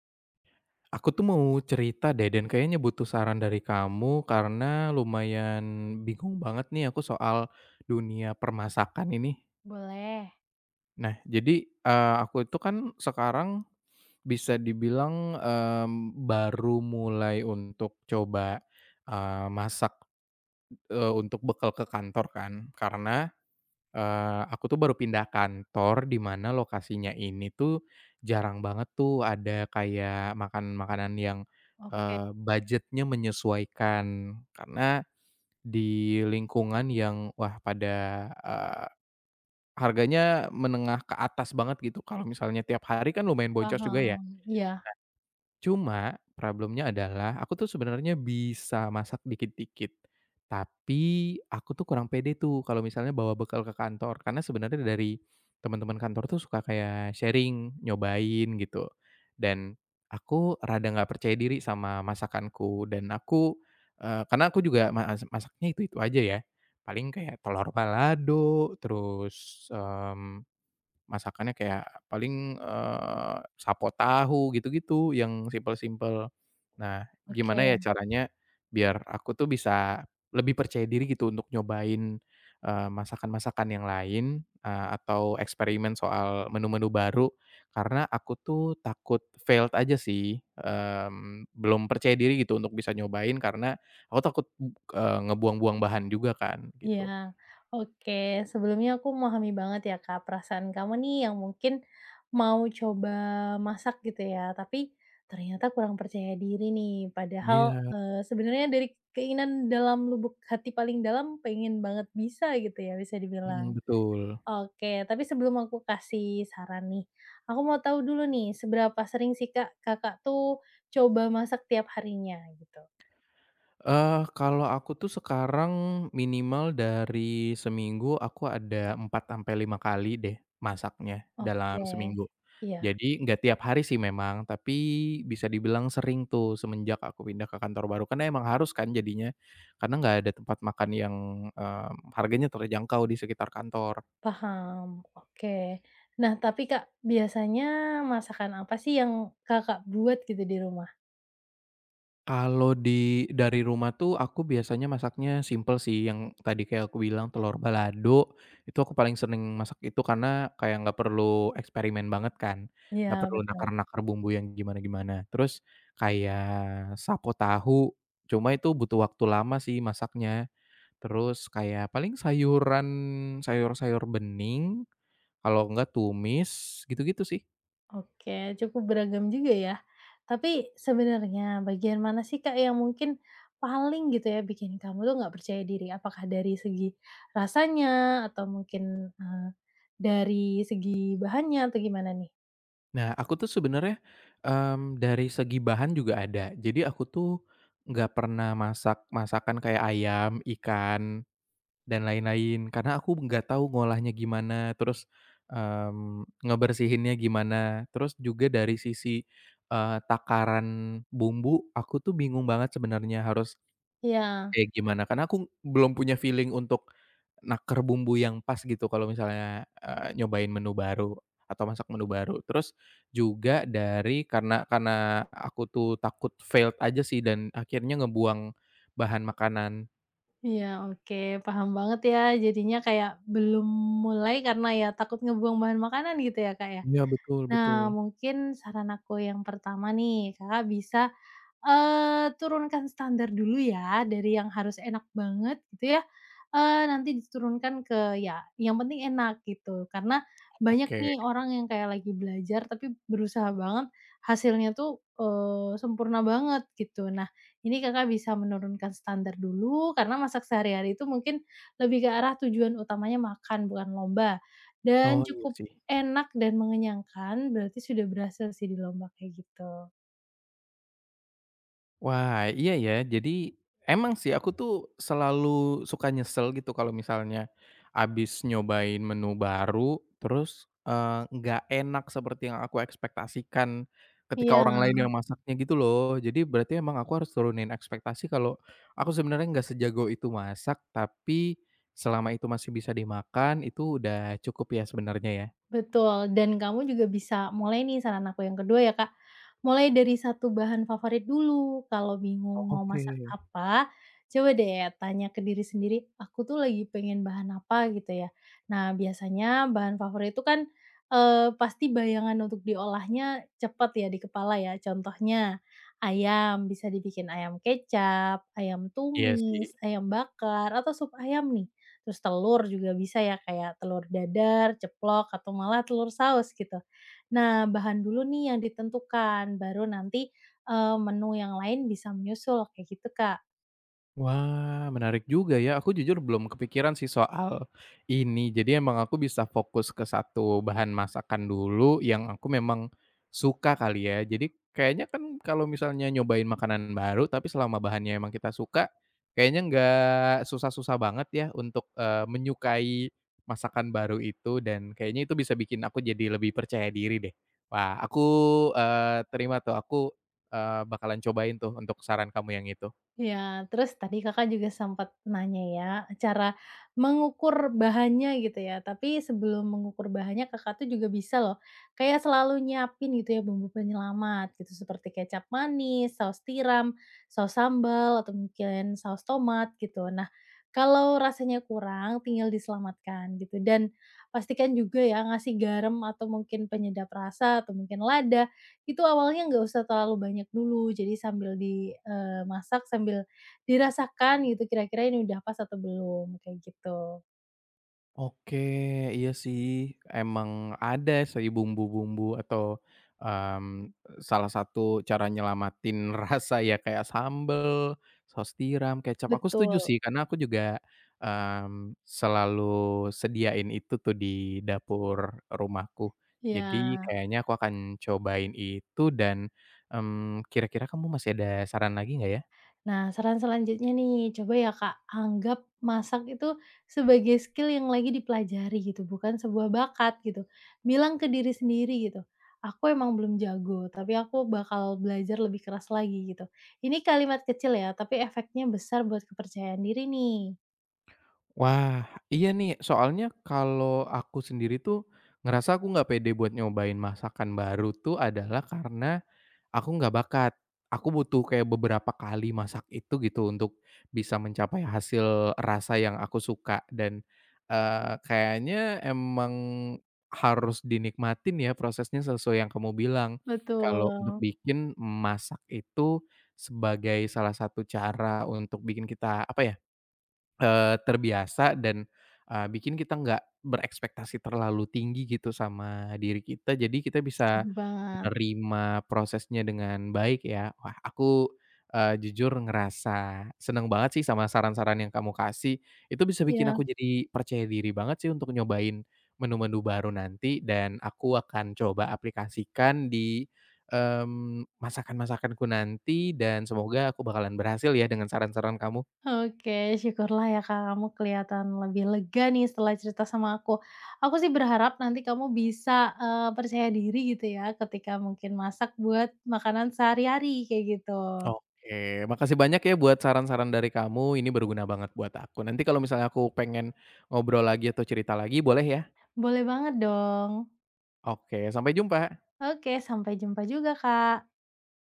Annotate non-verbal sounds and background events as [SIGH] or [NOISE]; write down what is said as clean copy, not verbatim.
Aku tuh mau cerita deh dan kayaknya butuh saran dari kamu karena lumayan bingung banget nih aku soal dunia permasakan ini. Boleh, Nah, jadi, aku itu kan sekarang bisa dibilang, baru mulai untuk coba, masak, untuk bekal ke kantor kan. Karena aku tuh baru pindah kantor di mana lokasinya ini tuh jarang banget tuh ada kayak makan makanan yang, oke, eee, budgetnya menyesuaikan. Karena di lingkungan yang wah pada harganya menengah ke atas banget gitu. Kalau misalnya tiap hari kan lumayan boncos juga ya. paham. Iya, Cuma problemnya adalah aku tuh sebenarnya bisa masak dikit-dikit, tapi aku tuh kurang pede tuh kalau misalnya bawa bekal ke kantor. Karena sebenarnya dari teman-teman kantor tuh suka kayak sharing, nyobain gitu. Dan aku rada nggak percaya diri sama masakanku dan aku, karena aku juga masaknya itu-itu aja ya. Paling kayak telur balado, terus. Masakannya kayak paling, sapo tahu gitu-gitu yang simpel-simpel. Nah, gimana ya oke, caranya biar aku tuh bisa lebih percaya diri gitu untuk nyobain, masakan-masakan yang lain, atau eksperimen soal menu-menu baru, karena aku tuh takut failed aja sih, belum percaya diri gitu untuk bisa nyobain karena aku takut, ngebuang-buang bahan juga kan iya, gitu. oke. Sebelumnya aku memahami banget ya, Kak, perasaan kamu nih yang mungkin mau coba masak gitu ya, tapi ternyata kurang percaya diri nih. Padahal, Iya, sebenarnya dari keinginan dalam lubuk hati paling dalam pengen banget bisa gitu ya, bisa mhm, dibilang. betul. Oke, tapi sebelum aku kasih saran nih, aku mau tahu dulu nih, seberapa sering sih, Kak, Kakak tuh coba masak tiap harinya gitu? Kalau aku tuh sekarang minimal dari seminggu aku ada 4 sampai 5 kali deh masaknya dalam Oke, seminggu. iya Jadi nggak tiap hari sih memang, tapi bisa dibilang sering tuh semenjak aku pindah ke kantor baru, karena emang harus kan jadinya, karena nggak ada tempat makan yang harganya terjangkau di sekitar kantor. paham, oke. Nah tapi Kak, biasanya masakan apa sih yang Kakak buat gitu di rumah? Kalau dari rumah tuh aku biasanya masaknya simple sih, yang tadi kayak aku bilang telur balado, itu aku paling seneng masak itu karena kayak nggak perlu eksperimen banget kan, Iya nggak perlu betul, nakar-nakar bumbu yang gimana-gimana. Terus kayak sapo tahu, cuma itu butuh waktu lama sih masaknya. Terus kayak paling sayuran sayur-sayur bening, kalau nggak tumis, gitu-gitu sih. oke, cukup beragam juga ya. Tapi sebenarnya bagian mana sih Kak yang mungkin paling gitu ya bikin kamu tuh nggak percaya diri? Apakah dari segi rasanya atau mungkin, eee, dari segi bahannya atau gimana nih? Nah, aku tuh sebenarnya, dari segi bahan juga ada. Jadi aku tuh nggak pernah masak masakan kayak ayam, ikan, dan lain-lain, karena aku nggak tahu ngolahnya gimana, terus, ngebersihinnya gimana. Terus juga dari sisi, takaran bumbu, aku tuh bingung banget sebenarnya harus Iya. kayak gimana, karena aku belum punya feeling untuk naker bumbu yang pas gitu kalau misalnya, nyobain menu baru atau masak menu baru. Terus juga dari karena aku tuh takut failed aja sih dan akhirnya ngebuang bahan makanan. Iya, oke, paham banget ya. Jadinya kayak belum mulai karena ya takut ngebuang bahan makanan gitu ya, Kak, ya. Iya betul Nah, betul. mungkin saran aku yang pertama nih, Kakak bisa turunkan standar dulu ya, dari yang harus enak banget gitu ya, nanti diturunkan ke ya yang penting enak gitu. Karena banyak Oke. nih orang yang kayak lagi belajar tapi berusaha banget hasilnya tuh, sempurna banget gitu. Nah, ini Kakak bisa menurunkan standar dulu karena masak sehari-hari itu mungkin lebih ke arah tujuan utamanya makan bukan lomba, dan Oh iya cukup sih. enak dan mengenyangkan berarti sudah berhasil sih di lomba kayak gitu. Wah, iya ya. Jadi, emang sih aku tuh selalu suka nyesel gitu kalau misalnya abis nyobain menu baru, terus, nggak enak seperti yang aku ekspektasikan ketika Iya. orang lain yang masaknya gitu loh. Jadi berarti emang aku harus turunin ekspektasi kalau aku sebenarnya nggak sejago itu masak, tapi selama itu masih bisa dimakan, itu udah cukup ya sebenarnya ya. Betul, dan kamu juga bisa mulai nih saran aku yang kedua ya Kak, mulai dari satu bahan favorit dulu, kalau bingung mau Oke. masak apa, coba deh tanya ke diri sendiri, "Aku tuh lagi pengen bahan apa?" Gitu ya. Nah biasanya bahan favorit itu kan, pasti bayangan untuk diolahnya cepat ya di kepala ya, contohnya ayam, bisa dibikin ayam kecap, ayam Iya tumis, sih. ayam bakar, atau sup ayam nih. Terus telur juga bisa ya, kayak telur dadar, ceplok, atau malah telur saus gitu. Nah, bahan dulu nih yang ditentukan, baru nanti, menu yang lain bisa menyusul, kayak gitu, Kak. Wah, menarik juga ya. Aku jujur belum kepikiran sih soal ini. Jadi emang aku bisa fokus ke satu bahan masakan dulu yang aku memang suka kali ya. Jadi kayaknya kan kalau misalnya nyobain makanan baru tapi selama bahannya emang kita suka, kayaknya nggak susah-susah banget ya untuk, menyukai masakan baru itu dan kayaknya itu bisa bikin aku jadi lebih percaya diri deh. Wah, aku terima tuh. Aku bakalan cobain tuh untuk saran kamu yang itu. Iya, terus tadi Kakak juga sempat nanya ya, cara mengukur bahannya gitu ya. Tapi sebelum mengukur bahannya Kakak tuh juga bisa loh, kayak selalu nyiapin gitu ya bumbu penyelamat gitu, seperti kecap manis, saus tiram, saus sambal, atau mungkin saus tomat gitu. Nah, kalau rasanya kurang tinggal diselamatkan gitu dan pastikan juga ya ngasih garam atau mungkin penyedap rasa atau mungkin lada itu awalnya nggak usah terlalu banyak dulu, jadi sambil dimasak sambil dirasakan gitu kira-kira ini udah pas atau belum, kayak gitu. Oke, iya sih, emang ada sih bumbu-bumbu atau, mmm, salah satu cara nyelamatin [LAUGHS] rasa ya kayak sambel, saus tiram, kecap, aku setuju Betul, sih karena aku juga, selalu sediain itu tuh di dapur rumahku. Jadi iya. kayaknya aku akan cobain itu dan, kira-kira kamu masih ada saran lagi nggak ya? Nah, saran selanjutnya nih, coba ya Kak, anggap masak itu sebagai skill yang lagi dipelajari gitu, bukan sebuah bakat gitu. Bilang ke diri sendiri gitu, "Aku emang belum jago, tapi aku bakal belajar lebih keras lagi," gitu. Ini kalimat kecil ya, tapi efeknya besar buat kepercayaan diri nih. Wah, iya nih, soalnya kalau aku sendiri tuh ngerasa aku nggak pede buat nyobain masakan baru tuh adalah karena aku nggak bakat. Aku butuh kayak beberapa kali masak itu gitu untuk bisa mencapai hasil rasa yang aku suka dan, kayaknya emang harus dinikmatin ya prosesnya sesuai yang kamu bilang. Kalau untuk Betul. bikin masak itu sebagai salah satu cara untuk bikin kita apa ya, terbiasa dan, bikin kita nggak berekspektasi terlalu tinggi gitu sama diri kita, jadi kita bisa Setuju banget. menerima prosesnya dengan baik ya. Wah aku jujur ngerasa seneng banget sih sama saran-saran yang kamu kasih, itu bisa bikin Iya, aku jadi percaya diri banget sih untuk nyobain menu-menu baru nanti dan aku akan coba aplikasikan di masakan-masakanku nanti dan semoga aku bakalan berhasil ya dengan saran-saran kamu. oke, syukurlah ya, Kak, kamu kelihatan lebih lega nih setelah cerita sama aku. Aku sih berharap nanti kamu bisa, percaya diri gitu ya ketika mungkin masak buat makanan sehari-hari kayak gitu. Oke, makasih banyak ya buat saran-saran dari kamu, ini berguna banget buat aku. Nanti kalau misalnya aku pengen ngobrol lagi atau cerita lagi boleh ya? Boleh banget dong. Oke, sampai jumpa. Oke, sampai jumpa juga, Kak.